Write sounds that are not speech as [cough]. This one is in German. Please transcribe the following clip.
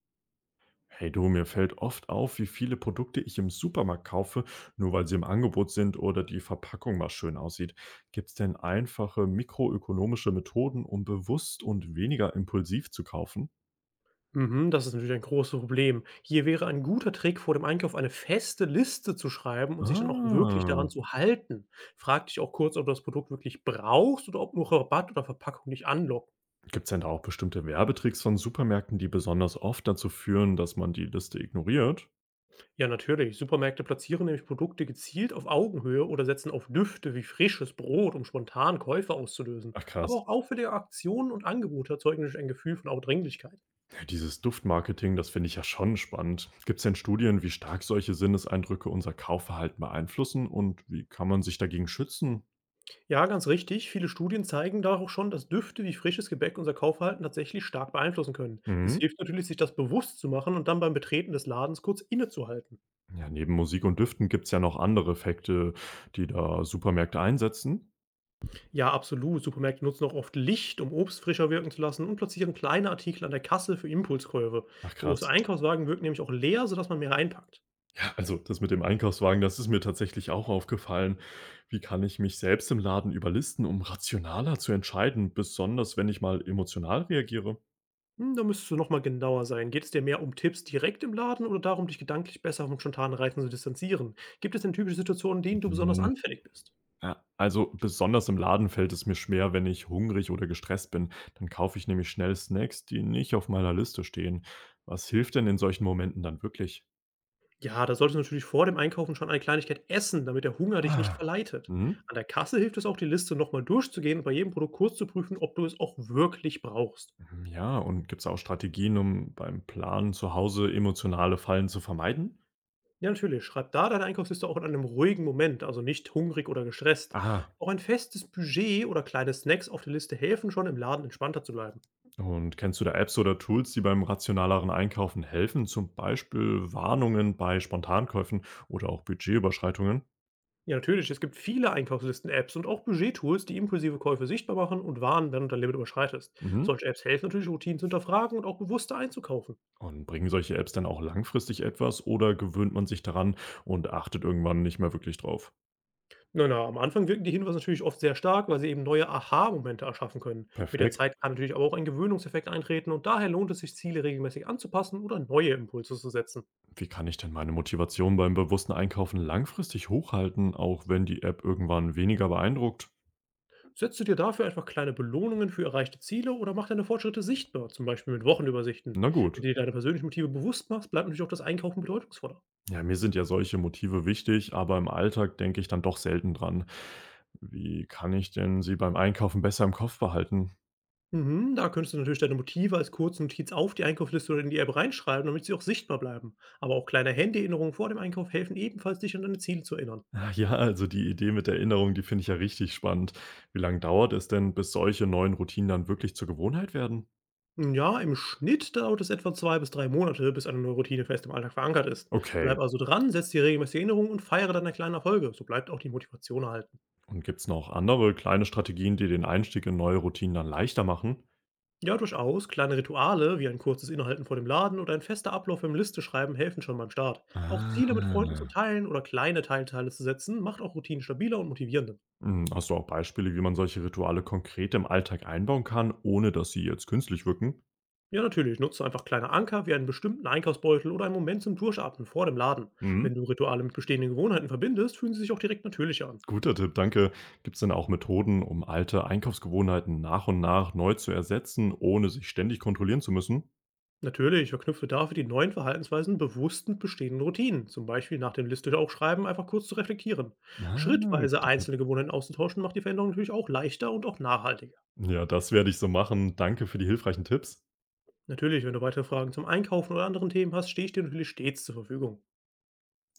Hey du, mir fällt oft auf, wie viele Produkte ich im Supermarkt kaufe, nur weil sie im Angebot sind oder die Verpackung mal schön aussieht. Gibt es denn einfache mikroökonomische Methoden, um bewusst und weniger impulsiv zu kaufen? Mhm, das ist natürlich ein großes Problem. Hier wäre ein guter Trick, vor dem Einkauf eine feste Liste zu schreiben und sich dann auch wirklich Ah, daran zu halten. Frag dich auch kurz, ob du das Produkt wirklich brauchst oder ob nur Rabatt oder Verpackung dich anlockt. gibt es denn da auch bestimmte Werbetricks von Supermärkten, die besonders oft dazu führen, dass man die Liste ignoriert? Ja, natürlich. Supermärkte platzieren nämlich Produkte gezielt auf Augenhöhe oder setzen auf Düfte wie frisches Brot, um spontan Käufe auszulösen. Ach Aber krass, auch auffällige Aktionen und Angebote erzeugen natürlich ein Gefühl von auch Dringlichkeit. ja, dieses Duftmarketing, das finde ich ja schon spannend. Gibt es denn Studien, wie stark solche Sinneseindrücke unser Kaufverhalten beeinflussen und wie kann man sich dagegen schützen? Ja, ganz richtig. Viele Studien zeigen da auch schon, dass Düfte wie frisches Gebäck unser Kaufverhalten tatsächlich stark beeinflussen können. Es Mhm. hilft natürlich, sich das bewusst zu machen und dann beim Betreten des Ladens kurz innezuhalten. Ja, neben Musik und Düften gibt's ja noch andere Effekte, die da Supermärkte einsetzen. Ja, absolut. Supermärkte nutzen auch oft Licht, um Obst frischer wirken zu lassen und platzieren kleine Artikel an der Kasse für Impulskäufe. Ach Große krass. Einkaufswagen wirken nämlich auch leer, sodass man mehr einpackt. Ja, also das mit dem Einkaufswagen, das ist mir tatsächlich auch aufgefallen. Wie kann ich mich selbst im Laden überlisten, um rationaler zu entscheiden, besonders wenn ich mal emotional reagiere? Hm, da müsstest du nochmal genauer sein. Geht es dir mehr um Tipps direkt im Laden oder darum, dich gedanklich besser vom spontanen Reizen zu distanzieren? Gibt es denn typische Situationen, in denen du besonders Mhm. anfällig bist? Ja, also besonders im Laden fällt es mir schwer, wenn ich hungrig oder gestresst bin. Dann kaufe ich nämlich schnell Snacks, die nicht auf meiner Liste stehen. Was hilft denn in solchen Momenten dann wirklich? Ja, da solltest du natürlich vor dem Einkaufen schon eine Kleinigkeit essen, damit der Hunger dich nicht Ah. verleitet. Mhm. An der Kasse hilft es auch, die Liste nochmal durchzugehen und bei jedem Produkt kurz zu prüfen, ob du es auch wirklich brauchst. Hm, ja, und gibt's auch Strategien, um beim Planen zu Hause emotionale Fallen zu vermeiden? Ja, natürlich, schreib da deine Einkaufsliste auch in einem ruhigen Moment, also nicht hungrig oder gestresst. Ah, Auch ein festes Budget oder kleine Snacks auf der Liste helfen schon, im Laden entspannter zu bleiben. und kennst du da Apps oder Tools, die beim rationaleren Einkaufen helfen? Zum Beispiel Warnungen bei Spontankäufen oder auch Budgetüberschreitungen? Ja, natürlich, es gibt viele Einkaufslisten-Apps und auch Budget-Tools, die impulsive Käufe sichtbar machen und warnen, wenn du dein Limit überschreitest. Mhm. Solche Apps helfen natürlich, Routinen zu hinterfragen und auch bewusster einzukaufen. Und bringen solche Apps dann auch langfristig etwas oder gewöhnt man sich daran und achtet irgendwann nicht mehr wirklich drauf? Na, na, am Anfang wirken die Hinweise natürlich oft sehr stark, weil sie eben neue Aha-Momente erschaffen können. Mit der Perfekt. Zeit kann natürlich aber auch ein Gewöhnungseffekt eintreten und daher lohnt es sich, Ziele regelmäßig anzupassen oder neue Impulse zu setzen. Wie kann ich denn meine Motivation beim bewussten Einkaufen langfristig hochhalten, auch wenn die App irgendwann weniger beeindruckt? Setzt du dir dafür einfach kleine Belohnungen für erreichte Ziele oder mach deine Fortschritte sichtbar, zum Beispiel mit Wochenübersichten. Na Wenn gut. du dir deine persönlichen Motive bewusst machst, bleibt natürlich auch das Einkaufen bedeutungsvoller. Ja, mir sind ja solche Motive wichtig, aber im Alltag denke ich dann doch selten dran. Wie kann ich denn sie beim Einkaufen besser im Kopf behalten? [laughs] Mhm, da könntest du natürlich deine Motive als kurze Notiz auf die Einkaufsliste oder in die App reinschreiben, damit sie auch sichtbar bleiben. Aber auch kleine Handy-Erinnerungen vor dem Einkauf helfen ebenfalls, dich an deine Ziele zu erinnern. Ah, ja, also die Idee mit der Erinnerung, die finde ich ja richtig spannend. Wie lange dauert es denn, bis solche neuen Routinen dann wirklich zur Gewohnheit werden? Hm, ja, im Schnitt dauert es etwa 2 bis 3 Monate, bis eine neue Routine fest im Alltag verankert ist. Bleib Okay, also dran, setz dir regelmäßige Erinnerungen und feiere deine kleinen Erfolge. So bleibt auch die Motivation erhalten. und gibt's noch andere kleine Strategien, die den Einstieg in neue Routinen dann leichter machen? Ja, durchaus. Kleine Rituale wie ein kurzes Innehalten vor dem Laden oder ein fester Ablauf im Listeschreiben helfen schon beim Start. Auch Ziele mit Freunden zu Ah. teilen oder kleine Teilteile zu setzen, macht auch Routinen stabiler und motivierender. Hm, hast du auch Beispiele, wie man solche Rituale konkret im Alltag einbauen kann, ohne dass sie jetzt künstlich wirken? Ja, natürlich, nutze einfach kleine Anker wie einen bestimmten Einkaufsbeutel oder einen Moment zum Durchatmen vor dem Laden. Hm? Wenn du Rituale mit bestehenden Gewohnheiten verbindest, fühlen sie sich auch direkt natürlicher an. Guter Tipp, danke. Gibt es denn auch Methoden, um alte Einkaufsgewohnheiten nach und nach neu zu ersetzen, ohne sich ständig kontrollieren zu müssen? Natürlich, verknüpfe dafür die neuen Verhaltensweisen bewusst mit bestehenden Routinen, zum Beispiel nach dem Liste auch einfach kurz zu reflektieren. Ah, Schrittweise guter Tipp. einzelne Gewohnheiten auszutauschen, macht die Veränderung natürlich auch leichter und auch nachhaltiger. Ja, das werde ich so machen. Danke für die hilfreichen Tipps. Natürlich, wenn du weitere Fragen zum Einkaufen oder anderen Themen hast, stehe ich dir natürlich stets zur Verfügung.